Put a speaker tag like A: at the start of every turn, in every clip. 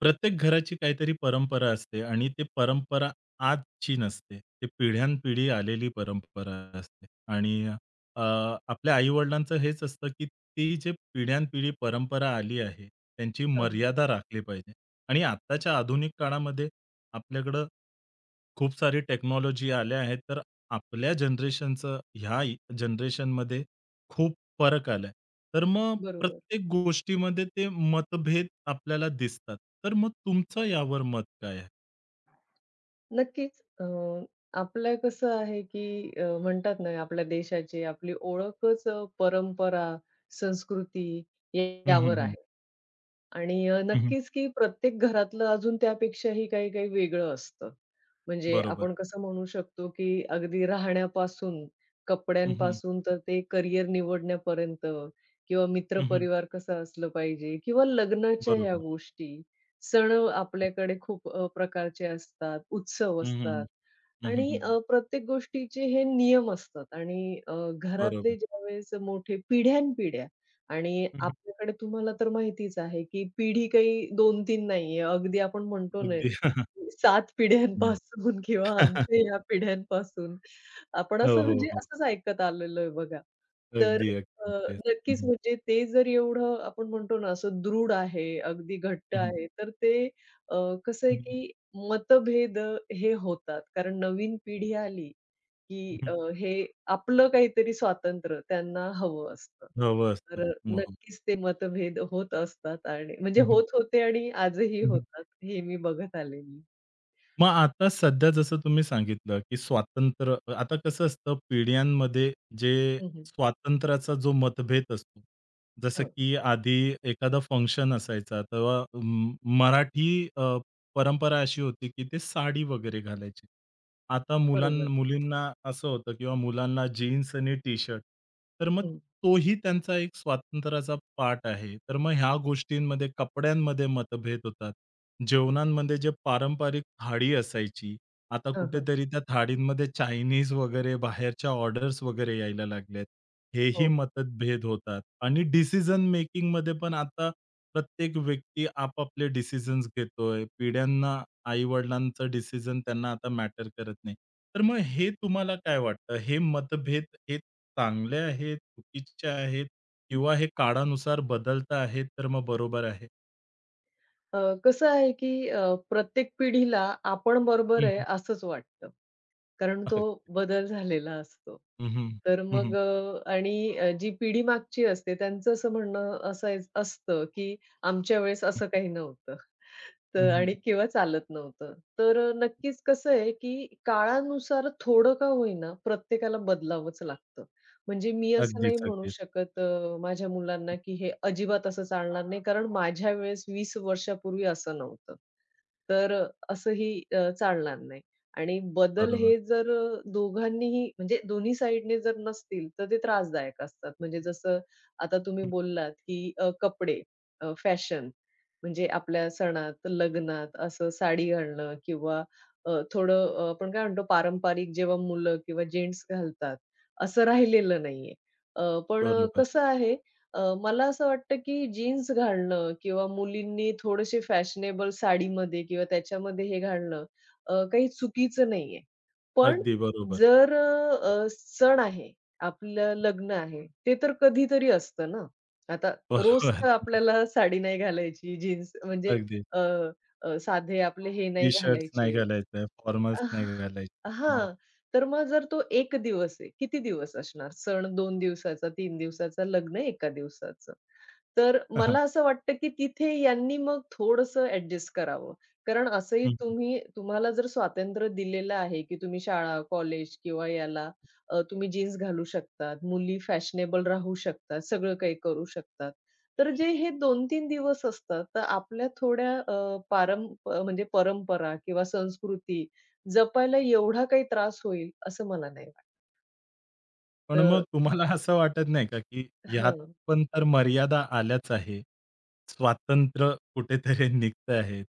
A: प्रत्येक घराची काहीतरी परंपरा असते आणि ती परंपरा आजची नसते. ती पिढ्यानपिढी आलेली परंपरा असते आणि अ, आपल्या आई हेच असतं, की ती जी पिढ्यानपिढी परंपरा आली आहे, त्यांची
B: हां, हां.
A: मर्यादा राखली पाहिजे आणि आत्ताच्या आधुनिक काळामध्ये आपल्याकडं खूप सारी टेक्नॉलॉजी आल्या आहेत, तर आपल्या जनरेशनचं ह्या जनरेशनमध्ये खूप फरक आलाय. तर मग
B: बरोबर.
A: प्रत्येक गोष्टीमध्ये ते मतभेद आपल्याला दिसतात. तर मग तुमचं यावर मत काय आहे?
B: नक्कीच. आपलं कसं आहे, की म्हणतात ना, आपल्या देशाची आपली ओळखच परंपरा, संस्कृती
A: हं, हं,
B: यावर
A: हं.
B: आहे. आणि
A: हं, हं.
B: नक्कीच की प्रत्येक घरातलं अजून त्यापेक्षाही काही काही वेगळं असतं. म्हणजे
A: बरोबर.
B: आपण कसं म्हणू शकतो की अगदी राहण्यापासून,
A: हं, हं.
B: कपड्यांपासून तर ते करियर निवडण्यापर्यंत किंवा
A: हं,
B: मित्रपरिवार कसं असलं पाहिजे किंवा लग्नाच्या ह्या
A: बरोबर.
B: गोष्टी. सण आपल्याकडे खूप प्रकारचे असतात, उत्सव
A: हं,
B: असतात
A: हं. हं, हं,
B: आणि
A: हं.
B: प्रत्येक गोष्टीचे हे नियम असतात आणि
A: बरोबर.
B: घरातले ज्यावेळेस मोठे पिढ्यानपिढ्या आणि
A: हं,
B: आपल्याकडे तुम्हाला तर माहितीच आहे, की पिढी काही 2-3 नाहीये. अगदी आपण म्हणतो ना
A: अगदी.
B: 7 पिढ्यांपासून किंवा आमच्या या पिढ्यांपासून. आपण
A: हो,
B: असं
A: हो,
B: म्हणजे
A: हो.
B: असंच ऐकत आलेलो आहे बघा. तर
A: अगदी, अगदी.
B: अ,
A: तेच. हं,
B: नक्कीच
A: हं.
B: म्हणजे ते जर एवढं आपण म्हणतो ना असं दृढ आहे, अगदी घट्ट
A: हं, हं.
B: आहे, तर ते अ, कसं आहे की मतभेद हे होतात. कारण नवीन पिढी आली की हे आपलं काहीतरी स्वातंत्र्य त्यांना हवं असतं.
A: हवं असतं.
B: तर
A: हो, हो.
B: नक्कीच ते मतभेद होत असतात आणि म्हणजे
A: हं, हं.
B: होत होते आणि आजही होतात, हे मी बघत आलेली.
A: मग आता सध्या जसं तुम्ही सांगितलं, की स्वातंत्र्य आता कसं असतं पिढ्यांमध्ये जे
B: हं, हं.
A: स्वातंत्र्याचा जो मतभेद असतो. जसं
B: हो,
A: की आधी एखादा फंक्शन असायचा तेव्हा मराठी परंपरा अशी होती, की ते साडी वगैरे घालायचे. आता मुलां
B: बरोबर.
A: मुलींना असं होतं किंवा मुलांना जीन्स आणि टी-शर्ट. तर मग
B: हं.
A: तोही त्यांचा एक स्वातंत्र्याचा पार्ट आहे. तर मग ह्या गोष्टींमध्ये कपड्यांमध्ये मतभेद होतात. जेवणांमध्ये जे पारंपरिक थाळी असायची, आता
B: हं, हं.
A: कुठेतरी त्या थाळींमध्ये चायनीज वगैरे बाहेरच्या ऑर्डर्स वगैरे यायला लागल्यात. हेही
B: हो, हो.
A: मतभेद होतात आणि डिसिजन मेकिंगमध्ये पण आता प्रत्येक व्यक्ती आपापले डिसिजन्स घेतोय. पिढ्यांना आई-वडिलांचं डिसिजन त्यांना आता मॅटर करत नाही. तर मग हे तुम्हाला काय वाटतं? हे मतभेद हे चांगले आहेत, चुकीचे आहेत किंवा हे काळानुसार बदलत आहेत, तर मग बरोबर आहे?
B: अ, कसं आहे की प्रत्येक पिढीला आपण बरोबर
A: हं,
B: आहे
A: हं.
B: असंच वाटतं. कारण तो बदल झालेला असतो.
A: हं,
B: तर
A: हं, हं,
B: मग आणि जी पिढी मागची असते त्यांचं असं म्हणणं असायच असतं की आमच्या वेळेस असं काही नव्हतं. तर आणि किंवा चालत नव्हतं. तर नक्कीच कसं आहे की काळानुसार थोडं का होईना प्रत्येकाला बदलावंच लागतं. म्हणजे मी असं नाही
A: अगदीच,
B: म्हणू
A: अगदीच.
B: शकत माझ्या मुलांना, की हे अजिबात असं चालणार नाही, कारण माझ्या वेळेस 20 वर्षापूर्वी असं नव्हतं. तर असंही चालणार नाही. आणि बदल
A: बरोबर,
B: हे जर दोघांनीही म्हणजे दोन्ही साइडने जर नसतील, तर ते त्रासदायक असतात. म्हणजे जसं आता तुम्ही
A: हं.
B: बोललात, की कपडे फॅशन म्हणजे आपल्या सणात, लग्नात असं साडी घालणं किंवा थोडं आपण काय म्हणतो पारंपरिक जेव्हा मुलं किंवा जेंट्स घालतात, असं राहिलेलं नाहीये. अ, पण
A: बरोबर.
B: कसं आहे मला असं वाटतं की जीन्स घालणं किंवा मुलींनी थोडेसे फॅशनेबल साडीमध्ये किंवा त्याच्यामध्ये हे घालणं काही चुकीचं नाहीये. पण
A: अगदी बरोबर.
B: जर सण आहे, आपलं लग्न आहे, ते तर कधीतरी असतं ना. आता रोज
A: बरोबर.
B: तर आपल्याला साडी नाही घालायची, जीन्स म्हणजे
A: अगदी.
B: अ, अ, साधे आपले हे नाही
A: टी-शर्ट्स नाही
B: घालायचे
A: घालायचं, फॉर्मल्स
B: हां,
A: नाही घालायचे. हां.
B: तर मग जर तो एक दिवस आहे, किती दिवस असणार? सण दोन दिवसाचा, तीन दिवसाचा, लग्न एका दिवसाचं. तर मला असं वाटतं, की तिथे यांनी मग थोडंसं ॲडजस्ट करावं. कारण असंही
A: हं,
B: तुम्हाला जर स्वातंत्र्य दिलेलं आहे, की तुम्ही शाळा, कॉलेज किंवा याला तुम्ही जीन्स घालू शकतात, मुली फॅशनेबल राहू शकतात, सगळं काही करू शकतात. तर जे हे 2-3 दिवस असतात, तर आपल्या थोड्या पारं म्हणजे परंपरा किंवा संस्कृती जपायला एवढा काही त्रास होईल असं मला नाही वाटत.
A: पण मग
B: तर
A: तुम्हाला असं वाटत नाही का, की ह्यात
B: हां.
A: पण तर मर्यादा आल्याच आहे. स्वातंत्र्य कुठेतरी निघत आहे.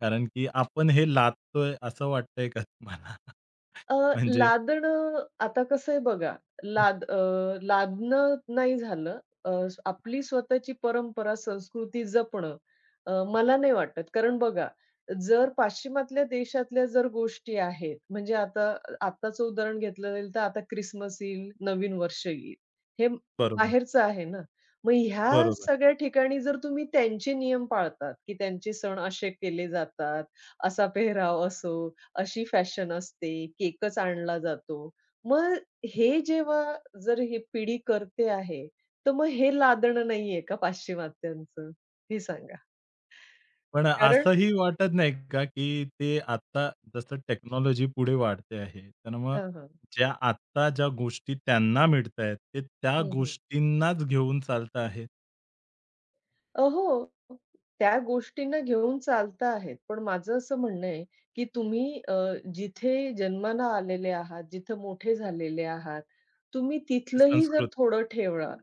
A: कारण की आपण हे लादतोय असं वाटतंय का तुम्हाला?
B: अ,
A: म्हणजे
B: लादणं आता कसं आहे बघा, लाद अ, लादणं नाही झालं. आपली स्वतःची परंपरा, संस्कृती जपणं मला नाही वाटत. कारण बघा, जर पाश्चिमात्य देशातल्या जर गोष्टी आहेत, म्हणजे आता आत्ताचं उदाहरण घेतलं जाईल, तर आता क्रिसमस येईल, नवीन वर्ष येईल. हे
A: बरोबर,
B: बाहेरचं आहे ना. मग ह्या
A: बरोबर.
B: सगळ्या ठिकाणी जर तुम्ही त्यांचे नियम पाळतात, की त्यांचे सण असे केले जातात, असा पेहराव असो अशी फॅशन असते, केकच आणला जातो. मग हे जेव्हा जर ही पिढी करते आहे, तर मग हे लादणं नाहीये का पाश्चिमात्यांचं? हे सांगा.
A: पण
B: कारण
A: असंही वाटत नाही का, की ते आता जसं टेक्नॉलॉजी पुढे वाढते आहे, तर मग
B: हां, हां.
A: ज्या आत्ता ज्या गोष्टी त्यांना मिळतायत, ते त्या
B: हं, हं.
A: गोष्टींनाच घेऊन चालत आहेत?
B: हो. त्या गोष्टींना घेऊन चालता आहेत. पण माझं असं म्हणणं आहे, की तुम्ही जिथे जन्माला आलेले आहात, जिथं मोठे झालेले आहात, तुम्ही
A: ते
B: तिथलंही जर
A: संस्कृत.
B: थोडं ठेवा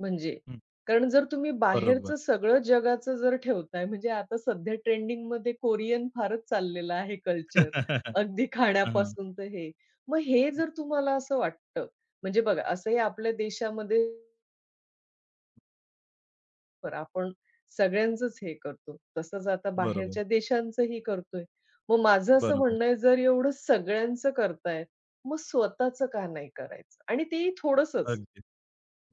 B: म्हणजे.
A: हं,
B: कारण जर तुम्ही
A: बरोबर.
B: बाहेरचं सगळं जगाचं जर ठेवताय म्हणजे आता सध्या ट्रेंडिंगमध्ये कोरियन फारच चाललेलं आहे कल्चर.
A: हां,
B: अगदी
A: हां.
B: खाण्यापासून तर हे. मग हे
A: हं,
B: जर तुम्हाला असं वाटतं म्हणजे बघा असंही आपल्या देशामध्ये बरोबर आपण सगळ्यांचंच हे करतो. तसंच आता
A: बरोबर,
B: बाहेरच्या देशांचंही करतोय. मग माझं असं
A: बरोबर.
B: म्हणणं आहे जर एवढं सगळ्यांचं करताय, मग स्वतःचं का नाही करायचं? आणि तेही थोडंसंच.
A: अगदी.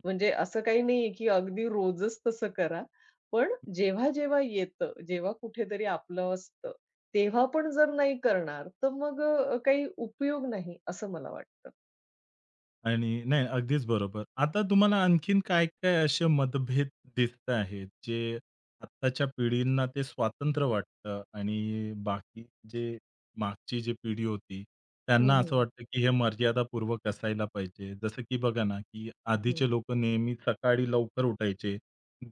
B: म्हणजे असं काही नाहीये की अगदी रोजच तसं करा. पण जेव्हा-जेव्हा येतं, जेव्हा कुठेतरी आपलं असतं, तेव्हा पण जर नाही करणार तर मग काही उपयोग नाही असं मला वाटतं.
A: आणि नाही, अगदीच बरोबर. आता तुम्हाला आणखीन काय-काय असे मतभेद दिसत आहेत, जे आत्ताच्या पिढींना ते स्वातंत्र्य वाटतं आणि बाकी जे मागची जी पिढी होती,
B: हं,
A: त्यांना असं
B: हं.
A: वाटतं, की हे मर्यादापूर्वक असायला पाहिजे. जसं की बघा ना, की आधीचे लोक नेहमी सकाळी लवकर उठायचे,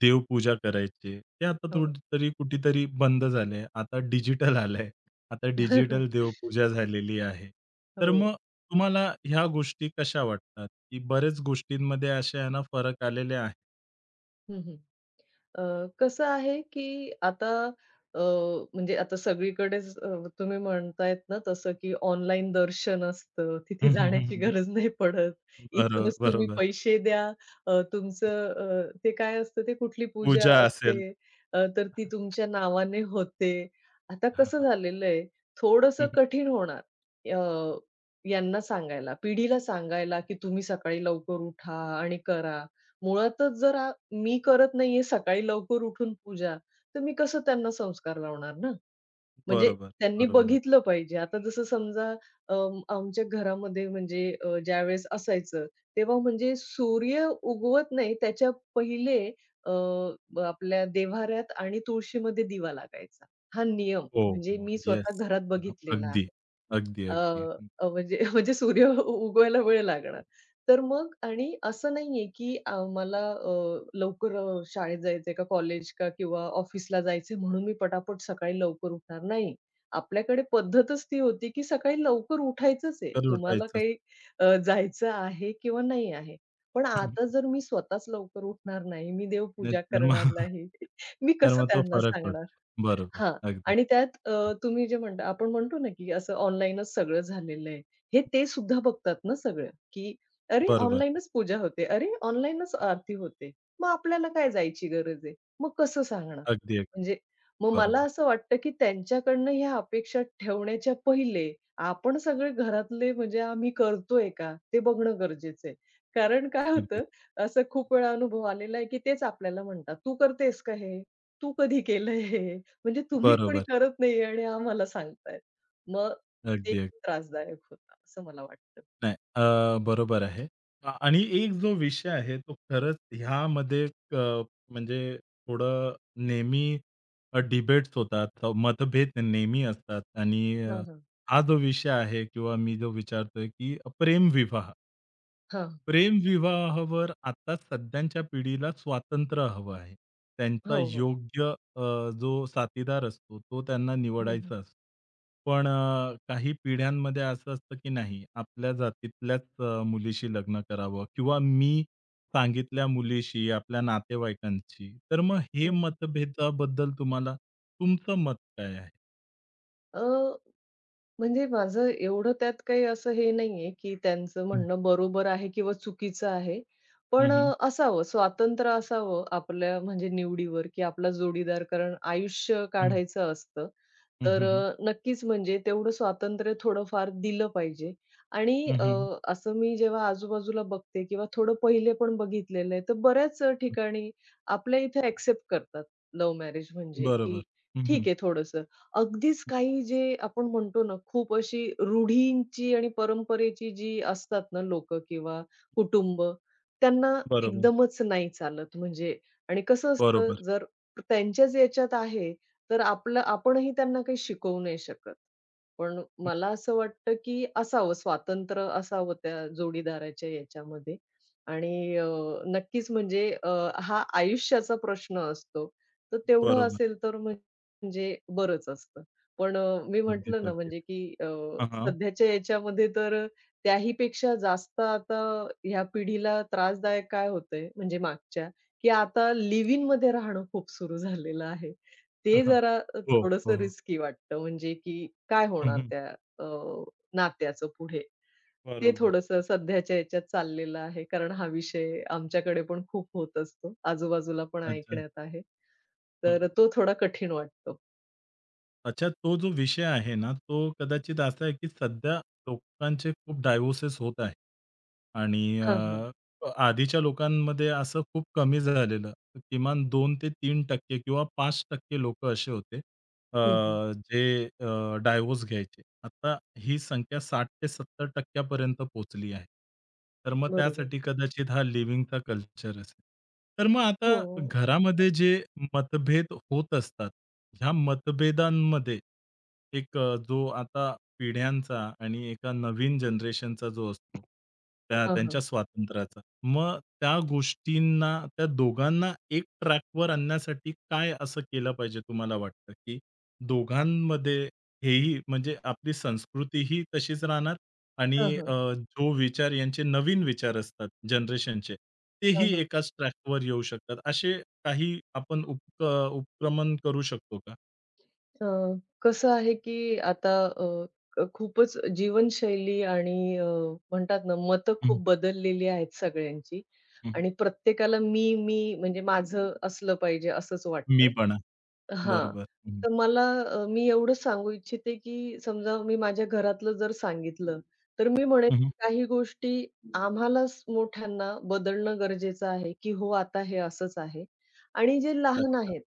A: देवपूजा करायचे. ते आता
B: हो.
A: थोडीतरी कुठेतरी बंद झालंय. आता डिजिटल आलंय. आता डिजिटल देवपूजा झालेली आहे.
B: हो.
A: तर
B: हो.
A: मग तुम्हाला ह्या गोष्टी कशा वाटतात, की बऱ्याच गोष्टींमध्ये असे आहे ना फरक आलेले आहे.
B: हं, अ, कसं आहे, की आता अ, म्हणजे आता सगळीकडेच तुम्ही म्हणतायत ना तसं, की ऑनलाईन दर्शन असतं. तिथे
A: हं, हं, हं,
B: जाण्याची
A: हं,
B: गरज नाही पडत.
A: बरो
B: इथूनच तुम्ही
A: बरोबर.
B: पैसे द्या. तुमचं ते काय असतं ते कुठली पूजा
A: पूजा असेल.
B: असते, तर ती तुमच्या नावाने होते. आता
A: हां,
B: कसं
A: हां.
B: झालेलं आहे,
A: हं,
B: थोडंसं
A: हं.
B: कठीण होणार अ, यांना सांगायला, पिढीला सांगायला, की तुम्ही सकाळी लवकर उठा आणि करा. मुळातच जर आ मी करत नाहीये सकाळी लवकर उठून पूजा, तर मी कसं त्यांना संस्कार लावणार ना? म्हणजे
A: बरोबर,
B: त्यांनी
A: बरोबर.
B: बघितलं पाहिजे. आता जसं समजा अ, आमच्या घरामध्ये म्हणजे ज्यावेळेस असायचं, तेव्हा म्हणजे सूर्य उगवत नाही त्याच्या पहिले अ, आपल्या देव्हाऱ्यात आणि तुळशीमध्ये दिवा लागायचा. हा नियम
A: हो,
B: म्हणजे
A: हो.
B: मी स्वतः
A: येस.
B: घरात बघितलेला
A: अगदी,
B: आहे.
A: अगदी,
B: अ,
A: अगदी. हं.
B: अ, म्हणजे म्हणजे सूर्य उ उगवायला वेळ लागणार. तर मग आणि असं नाहीये, की अ, मला अ, लवकर अ, शाळेत जायचंय का कॉलेज का किंवा ऑफिसला जायचंय म्हणून मी पटापट सकाळी लवकर उठणार. नाही. आपल्याकडे पद्धतच ती होती, की सकाळी लवकर उठायचंच आहे.
A: तर
B: तुम्हाला
A: उठायचंच.
B: काही जायचं आहे किंवा नाही आहे. पण
A: हं, हं.
B: आता जर मी स्वतःच लवकर उठणार नाही, मी
A: नाही
B: देवपूजा
A: तर मग
B: करणार नाही, मी
A: तर
B: कसं
A: मग तो
B: त्यांना
A: फरक
B: सांगणार?
A: पडतो. बरोबर.
B: हां.
A: अगदी.
B: आणि त्यात तुम्ही जे म्हणता आपण म्हणतो ना, की असं ऑनलाईनच सगळं झालेलं आहे. हे ते सुद्धा बघतात ना सगळं, की अरे,
A: बरोबर.
B: ऑनलाईनच पूजा होते. अरे, ऑनलाईनच आरती होते. मग आपल्याला काय जायची गरज आहे? मग कसं सांगणार?
A: अगदी, अगदी.
B: म्हणजे मग मला
A: बरोबर.
B: असं वाटतं, की त्यांच्याकडनं ह्या अपेक्षा ठेवण्याच्या पहिले आपण सगळे घरातले म्हणजे आम्ही करतोय का? ते बघणं गरजेचं आहे. कारण काय
A: अगदी.
B: होतं, असं खूप वेळा अनुभव आलेला आहे, की तेच आपल्याला म्हणतात, "तू करतेस का हे? तू कधी केलंय हे?" म्हणजे तुम्ही कोणी
A: बरोबर.
B: करत नाहीये आणि हा मला सांगताय. मग ते
A: अगदी, अगदी.
B: त्रासदायक होतं असं मला वाटतं.
A: नाही. बरोबर आहे. आणि एक जो विषय आहे तो खरंच ह्यामध्ये अ, म्हणजे थोडं नेहमी डिबेट्स होतात, मतभेद नेहमी असतात आणि
B: हां, हां.
A: हा जो विषय आहे किंवा मी जो विचारतोय की प्रेमविवाह
B: हां.
A: प्रेमविवाहावर आता सध्याच्या पिढीला स्वातंत्र्य हवं आहे. त्यांचा
B: हो, हो.
A: योग्य जो साथीदार असतो, तो त्यांना
B: हं, हं.
A: निवडायचा असतो. पण काही पिढ्यांमध्ये असं असतं, की नाही आपल्या जातीतल्याच मुलीशी लग्न करावं किंवा मी सांगितल्या मुलीशी, आपल्या नातेवाईकांशी. तर मग हे
B: हं, हं.
A: मतभेदाबद्दल तुम्हाला तुमचं मत काय आहे?
B: अ, म्हणजे माझं एवढं त्यात काही असं हे नाहीये, की त्यांचं म्हणणं बरोबर आहे किंवा चुकीचं आहे. पण
A: हं,
B: असावं स्वातंत्र्य असावं आपल्या म्हणजे निवडीवर, की आपला जोडीदार कारण आयुष्य
A: हं,
B: काढायचं असतं.
A: हं,
B: तर
A: हं, हं,
B: नक्कीच म्हणजे तेवढं स्वातंत्र्य थोडंफार दिलं पाहिजे. आणि
A: हं, हं, हं.
B: असं मी जेव्हा आजूबाजूला बघते किंवा थोडं पहिले पण बघितलेलं आहे, तर बऱ्याच ठिकाणी आपल्या इथे एक्सेप्ट करतात लव्ह मॅरेज म्हणजे,
A: बरोबर.
B: की
A: हं, हं.
B: ठीक आहे थोडंसं अगदीच काही जे आपण म्हणतो ना, खूप अशी रूढींची आणि परंपरेची जी असतात ना लोकं किंवा कुटुंब, त्यांना
A: बरोबर,
B: एकदमच नाही चालत म्हणजे आणि कसं असतं
A: बरोबर.
B: जर त्यांच्याच याच्यात आहे, तर आपलं आपणही त्यांना काही शिकवू नाही शकत. पण मला असं वाटतं, की असावं स्वातंत्र्य असावं त्या जोडीदाराच्या याच्यामध्ये आणि नक्कीच हा आयुष्याचा प्रश्न असतो. तर तेवढं
A: बरोबर.
B: असेल तर म्हणजे म्हणजे बरंच असतं. पण मी
A: अगदीच,
B: म्हटलं ना
A: अगदीच. हां, हां.
B: सध्याच्या याच्यामध्ये तर त्याहीपेक्षा जास्त आता ह्या पिढीला त्रासदायक काय होतंय, म्हणजे मागच्या, की आता लिव्ह इनमध्ये राहणं खूप सुरू झालेलं आहे.
A: हां,
B: ते
A: हां.
B: जरा
A: हो, हो, हो.
B: रिस्की वाटतं म्हणजे की काय
A: हं,
B: होणार
A: हं.
B: त्या अ, नात्याचं पुढे. ते
A: बरोबर.
B: थोडंसं सध्याच्या याच्यात चाललेलं आहे. कारण हा विषय आमच्याकडे पण खूप होत असतो. आजूबाजूला पण
A: अच्छा.
B: ऐकण्यात आहे.
A: हं.
B: तर तो थोडा कठीण वाटतो.
A: अच्छा तो जो विषय आहे ना, तो कदाचित असा आहे, की सध्या लोकांचे खूप डायव्होर्सेस होत आहे. आणि
B: हां, हां.
A: आधीच्या लोकांमध्ये असं खूप कमी झालेलं. किमान 2 ते 3% किंवा 5% लोकं असे होते,
B: हं, हं.
A: जे डायव्होर्स घ्यायचे. आता ही संख्या 60 ते 70% पर्यंत पोहोचली आहे. तर मग
B: बरोबर.
A: त्यासाठी कदाचित हा लिव्हिंगचा कल्चर असेल. तर मग
B: हो.
A: आता घरामध्ये जे मतभेद होत असतात, ह्या मतभेदांमध्ये एक जो आता पिढ्यांचा आणि एका नवीन जनरेशनचा जो असतो, त्या
B: हां,
A: त्यांच्या
B: हां.
A: स्वातंत्र्याचा, मग त्या गोष्टींना, त्या दोघांना एक ट्रॅकवर आणण्यासाठी काय असं केलं पाहिजे तुम्हाला वाटतं, की दोघांमध्ये हेही म्हणजे आपली संस्कृतीही तशीच राहणार
B: हां,
A: आणि
B: हां.
A: जो विचार यांचे नवीन विचार असतात जनरेशनचे,
B: हां,
A: तेही
B: हां.
A: एकाच ट्रॅकवर येऊ शकतात. असे काही आपण उपक्रमण करू शकतो का?
B: अ, कसं आहे, की आता अ, क खूपच जीवनशैली आणि म्हणतात ना, मतं खूप
A: हं,
B: बदललेली आहेत सगळ्यांची
A: हं, हं.
B: आणि प्रत्येकाला मी म्हणजे माझं असलं पाहिजे असंच वाटतं.
A: मीपणा.
B: हां.
A: बरोबर. हं,
B: तर मला मी एवढंच सांगू इच्छिते, की समजा मी माझ्या घरातलं जर सांगितलं, तर मी म्हणेन
A: हं,
B: काही गोष्टी आम्हालाच मोठ्यांना बदलणं गरजेचं आहे, की हो, आता हे असंच आहे आणि जे लहान
A: अच्छा.
B: आहेत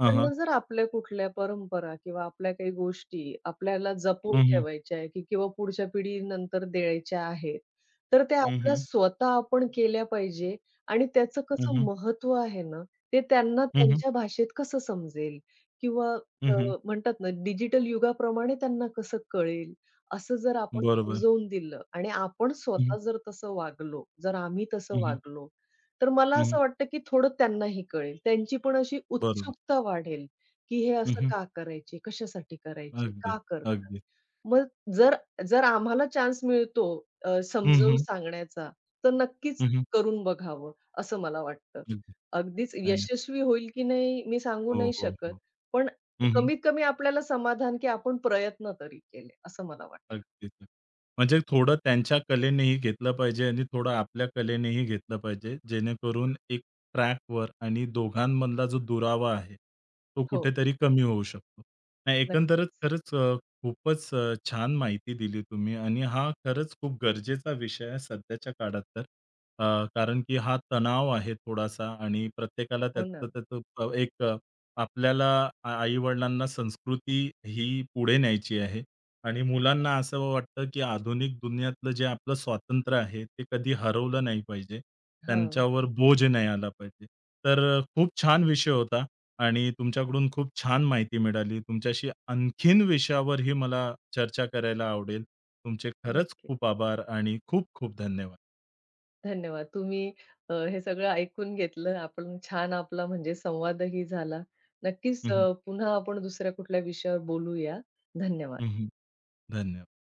A: हां,
B: जर आपल्या कुठल्या परंपरा किंवा आपल्या काही गोष्टी आपल्याला जपून ठेवायच्या आहे, की किंवा पुढच्या पिढीनंतर द्यायच्या आहेत. तर त्या
A: हं,
B: आपल्या
A: हं.
B: स्वतः आपण केल्या पाहिजे आणि त्याचं
A: हं,
B: कसं
A: हं.
B: महत्त्व आहे ना, ते त्यांना
A: हं, हं.
B: त्यांच्या भाषेत कसं समजेल किंवा
A: हं,
B: अ,
A: हं.
B: म्हणतात ना, डिजिटल युगाप्रमाणे त्यांना कसं कळेल, असं जर आपण
A: बरोबर.
B: समजवून दिलं आणि आपण स्वतः जर तसं वागलो, जर आम्ही तसं
A: हं, हं.
B: वागलो, तर मला
A: हं, हं.
B: असं वाटतं, की थोडं त्यांनाही कळेल. त्यांची पण अशी
A: बरोबर.
B: उत्सुकता वाढेल, की हे
A: हं,
B: असं
A: हं.
B: का करायची? कशासाठी करायची?
A: अगदी,
B: का करतात?
A: अगदी.
B: मग जर जर आम्हाला चान्स मिळतो
A: हं,
B: समजावून
A: हं.
B: सांगण्याचा, तर नक्कीच
A: हं, हं.
B: करून बघावं, असं मला वाटतं.
A: अगदी.
B: अगदीच
A: नाही, नाही.
B: यशस्वी होईल की नाही, मी सांगू
A: हो,
B: नाही
A: हो,
B: शकत.
A: हो.
B: पण
A: हं, हं.
B: कमीत कमी आपल्याला समाधान, की आपण प्रयत्न तरी केले, असं मला वाटतं.
A: अगदीच. म्हणजे थोडं त्यांच्या कलेनेही घेतलं पाहिजे आणि थोडं आपल्या कलेनेही घेतलं पाहिजे. जेणेकरून एक ट्रॅकवर आणि दोघांमधला जो दुरावा आहे, तो
B: हो,
A: कुठेतरी कमी होऊ शकतो. नाही एकंदरच
B: नक्कीच.
A: खरंच खूपच छान माहिती दिली तुम्ही आणि हा खरंच खूप गरजेचा विषय आहे सध्याच्या काळात तर. अ, कारण की हा तणाव आहे थोडासा आणि प्रत्येकाला
B: हो ना.
A: त्याचं त्याचं एक आपल्याला आई-वडिलांना संस्कृती ही पुढे न्यायची आहे. आणि मुलांना असं वाटतं, की आधुनिक दुनियातलं जे आपलं स्वातंत्र्य आहे, ते कधी हरवलं नाही पाहिजे.
B: हां,
A: त्यांच्यावर बोज नाही आला पाहिजे. तर खूप छान विषय होता आणि तुमच्याकडून खूप छान माहिती मिळाली. तुमच्याशी आणखीन विषयावरही मला चर्चा करायला आवडेल. तुमचे खरंच
B: नक्कीच.
A: खूप आभार आणि खूप खूप धन्यवाद.
B: धन्यवाद. तुम्ही हे सगळं ऐकून घेतलं. आपण छान आपला म्हणजे संवादही झाला. नक्कीच
A: हं, हं.
B: पुन्हा आपण दुसऱ्या कुठल्या विषयावर बोलूया. धन्यवाद.
A: धन्यवाद.